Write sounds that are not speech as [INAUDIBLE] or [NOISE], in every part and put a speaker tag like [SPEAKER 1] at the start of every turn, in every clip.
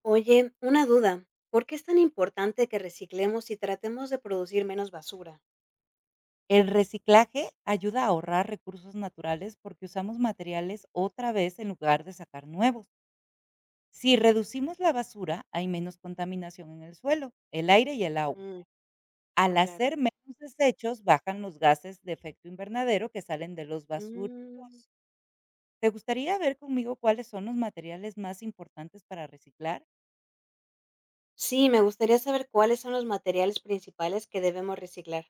[SPEAKER 1] Oye, una duda. ¿Por qué es tan importante que reciclemos y tratemos de producir menos basura?
[SPEAKER 2] El reciclaje ayuda a ahorrar recursos naturales porque usamos materiales otra vez en lugar de sacar nuevos. Si reducimos la basura, hay menos contaminación en el suelo, el aire y el agua.
[SPEAKER 1] Mm,
[SPEAKER 2] Al
[SPEAKER 1] claro.
[SPEAKER 2] hacer menos desechos, bajan los gases de efecto invernadero que salen de los basureros.
[SPEAKER 1] Mm,
[SPEAKER 2] ¿Te gustaría ver conmigo cuáles son los materiales más importantes para reciclar?
[SPEAKER 1] sí, me gustaría saber cuáles son los materiales principales que debemos reciclar.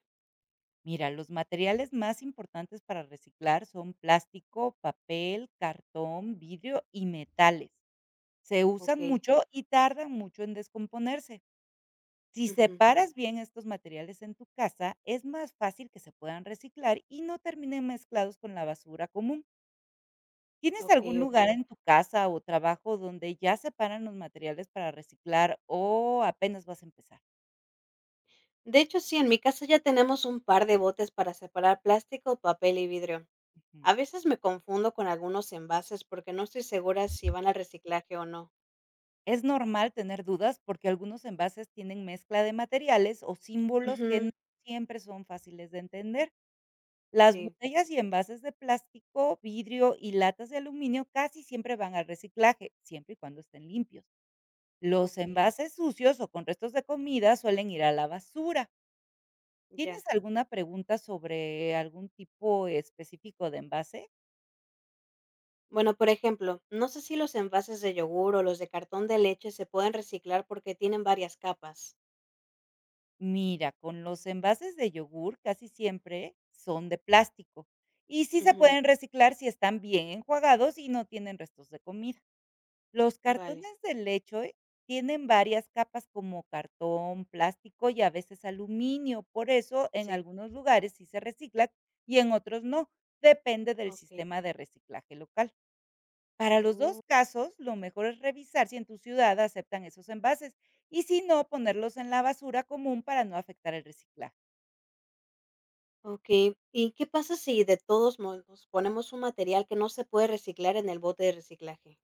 [SPEAKER 2] Mira, los materiales más importantes para reciclar son plástico, papel, cartón, vidrio y metales. Se
[SPEAKER 1] Ok.
[SPEAKER 2] usan mucho y tardan mucho en descomponerse. Si
[SPEAKER 1] Ujú.
[SPEAKER 2] separas bien estos materiales en tu casa, es más fácil que se puedan reciclar y no terminen mezclados con la basura común. ¿Tienes
[SPEAKER 1] Ok,
[SPEAKER 2] algún
[SPEAKER 1] ok.
[SPEAKER 2] lugar Ok. en tu casa o trabajo donde ya separan los materiales para reciclar o apenas vas a empezar?
[SPEAKER 1] De hecho, sí, en mi casa ya tenemos un par de botes para separar plástico, papel y vidrio.
[SPEAKER 2] Ujú.
[SPEAKER 1] A veces me confundo con algunos envases porque no estoy segura si van al reciclaje o no.
[SPEAKER 2] Es normal tener dudas porque algunos envases tienen mezcla de materiales o símbolos que no
[SPEAKER 1] Ujú.
[SPEAKER 2] siempre son fáciles de entender. Las
[SPEAKER 1] Sí,
[SPEAKER 2] botellas y envases de plástico, vidrio y latas de aluminio casi siempre van al reciclaje, siempre y cuando estén limpios. Los
[SPEAKER 1] ok.
[SPEAKER 2] envases sucios o con restos de comida suelen ir a la basura. ¿Tienes
[SPEAKER 1] Ya.
[SPEAKER 2] alguna pregunta sobre algún tipo específico de envase?
[SPEAKER 1] Bueno, por ejemplo, no sé si los envases de yogur o los de cartón de leche se pueden reciclar porque tienen varias capas.
[SPEAKER 2] Mira, con los envases de yogur casi siempre son de plástico y sí se
[SPEAKER 1] Ujú.
[SPEAKER 2] pueden reciclar si están bien enjuagados y no tienen restos de comida. Los
[SPEAKER 1] Vale,
[SPEAKER 2] cartones de leche tienen varias capas como cartón, plástico y a veces aluminio. Por eso en
[SPEAKER 1] sí,
[SPEAKER 2] algunos lugares sí se reciclan y en otros no. Depende del
[SPEAKER 1] ok.
[SPEAKER 2] sistema de reciclaje local. Para los dos
[SPEAKER 1] Oh,
[SPEAKER 2] casos, lo mejor es revisar si en tu ciudad aceptan esos envases y, si no, ponerlos en la basura común para no afectar el reciclaje.
[SPEAKER 1] ok, ¿y qué pasa si de todos modos ponemos un material que no se puede reciclar en el bote de reciclaje?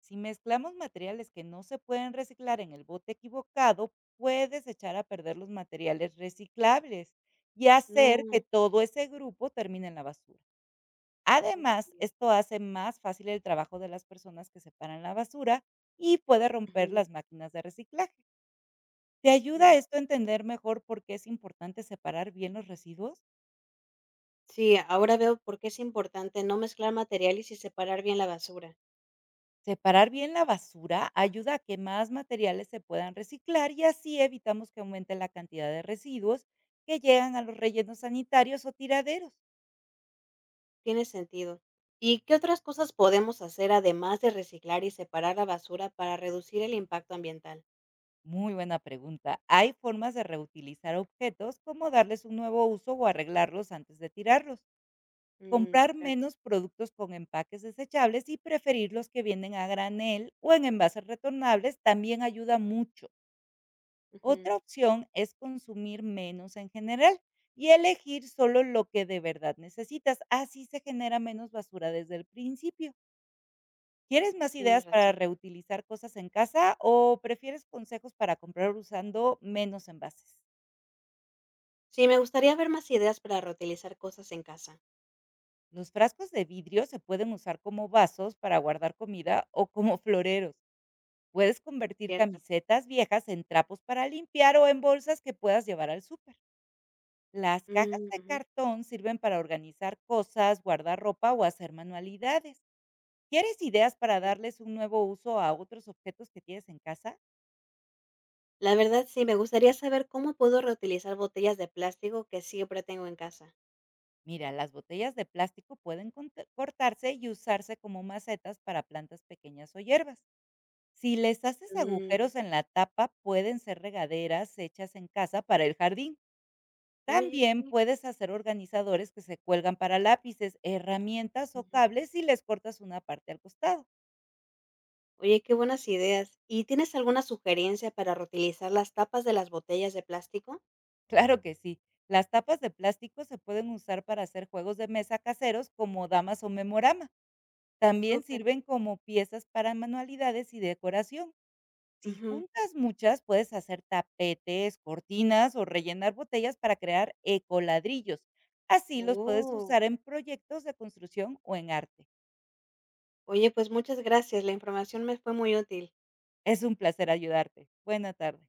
[SPEAKER 2] Si mezclamos materiales que no se pueden reciclar en el bote equivocado, puedes echar a perder los materiales reciclables y hacer que
[SPEAKER 1] No,
[SPEAKER 2] todo ese grupo termine en la basura.
[SPEAKER 1] ok.
[SPEAKER 2] Además, esto hace más fácil el trabajo de las personas que separan la basura y puede romper
[SPEAKER 1] Ujú,
[SPEAKER 2] las máquinas de reciclaje. ¿Te ayuda
[SPEAKER 1] no.
[SPEAKER 2] esto a entender mejor por qué es importante separar bien los residuos?
[SPEAKER 1] Sí, ahora veo por qué es importante no mezclar materiales y separar bien la basura.
[SPEAKER 2] Separar bien la basura ayuda a que más materiales se puedan reciclar y así evitamos que aumente la cantidad de residuos que llegan a los rellenos sanitarios o tiraderos.
[SPEAKER 1] Tiene sentido. ¿Y qué otras cosas podemos hacer además de reciclar y separar la basura para reducir el impacto ambiental?
[SPEAKER 2] Muy buena pregunta. Hay formas de reutilizar objetos, como darles un nuevo uso o arreglarlos antes de tirarlos.
[SPEAKER 1] Mm,
[SPEAKER 2] Comprar
[SPEAKER 1] claro.
[SPEAKER 2] menos productos con empaques desechables y preferir los que vienen a granel o en envases retornables también ayuda mucho.
[SPEAKER 1] Ujú.
[SPEAKER 2] Otra opción es consumir menos en general y elegir solo lo que de verdad necesitas. Así se genera menos basura desde el principio. ¿Quieres más ideas
[SPEAKER 1] Tienes
[SPEAKER 2] para
[SPEAKER 1] razón.
[SPEAKER 2] reutilizar cosas en casa o prefieres consejos para comprar usando menos envases?
[SPEAKER 1] Sí, me gustaría ver más ideas para reutilizar cosas en casa,
[SPEAKER 2] Los frascos de vidrio se pueden usar como vasos, para guardar comida o como [LAUGHS] floreros. Puedes convertir
[SPEAKER 1] ¿cierto?
[SPEAKER 2] camisetas viejas en trapos para limpiar o en bolsas que puedas llevar al súper. Las cajas
[SPEAKER 1] Mm,
[SPEAKER 2] de
[SPEAKER 1] ujú,
[SPEAKER 2] cartón sirven para organizar cosas, guardar ropa o hacer manualidades. ¿Quieres ideas para
[SPEAKER 1] sí.
[SPEAKER 2] darles un nuevo uso a otros objetos que tienes en casa?
[SPEAKER 1] La verdad, sí, me gustaría saber cómo puedo reutilizar botellas de plástico que siempre tengo en casa.
[SPEAKER 2] Mira, las botellas de plástico pueden cortarse y usarse como macetas para plantas pequeñas o hierbas. Si les haces
[SPEAKER 1] Mm,
[SPEAKER 2] agujeros en la tapa, pueden ser regaderas hechas en casa para el jardín.
[SPEAKER 1] oye,
[SPEAKER 2] También
[SPEAKER 1] sí.
[SPEAKER 2] puedes hacer organizadores que se cuelgan para lápices, herramientas o
[SPEAKER 1] Ujú.
[SPEAKER 2] cables, y les cortas una parte al costado.
[SPEAKER 1] Oye, qué buenas ideas. ¿Y tienes alguna sugerencia para reutilizar las tapas de las botellas de plástico?
[SPEAKER 2] Claro que sí. Las tapas de plástico se pueden usar para hacer juegos de mesa caseros, como damas o memorama. También
[SPEAKER 1] Súper.
[SPEAKER 2] sirven como piezas para manualidades y decoración. Si
[SPEAKER 1] Ujú.
[SPEAKER 2] juntas muchas, puedes hacer tapetes, cortinas o rellenar botellas para crear ecoladrillos. Así los puedes
[SPEAKER 1] Oh,
[SPEAKER 2] usar en proyectos de construcción o en arte.
[SPEAKER 1] oye, pues muchas gracias, la información me fue muy útil.
[SPEAKER 2] Es un placer ayudarte. Buena tarde.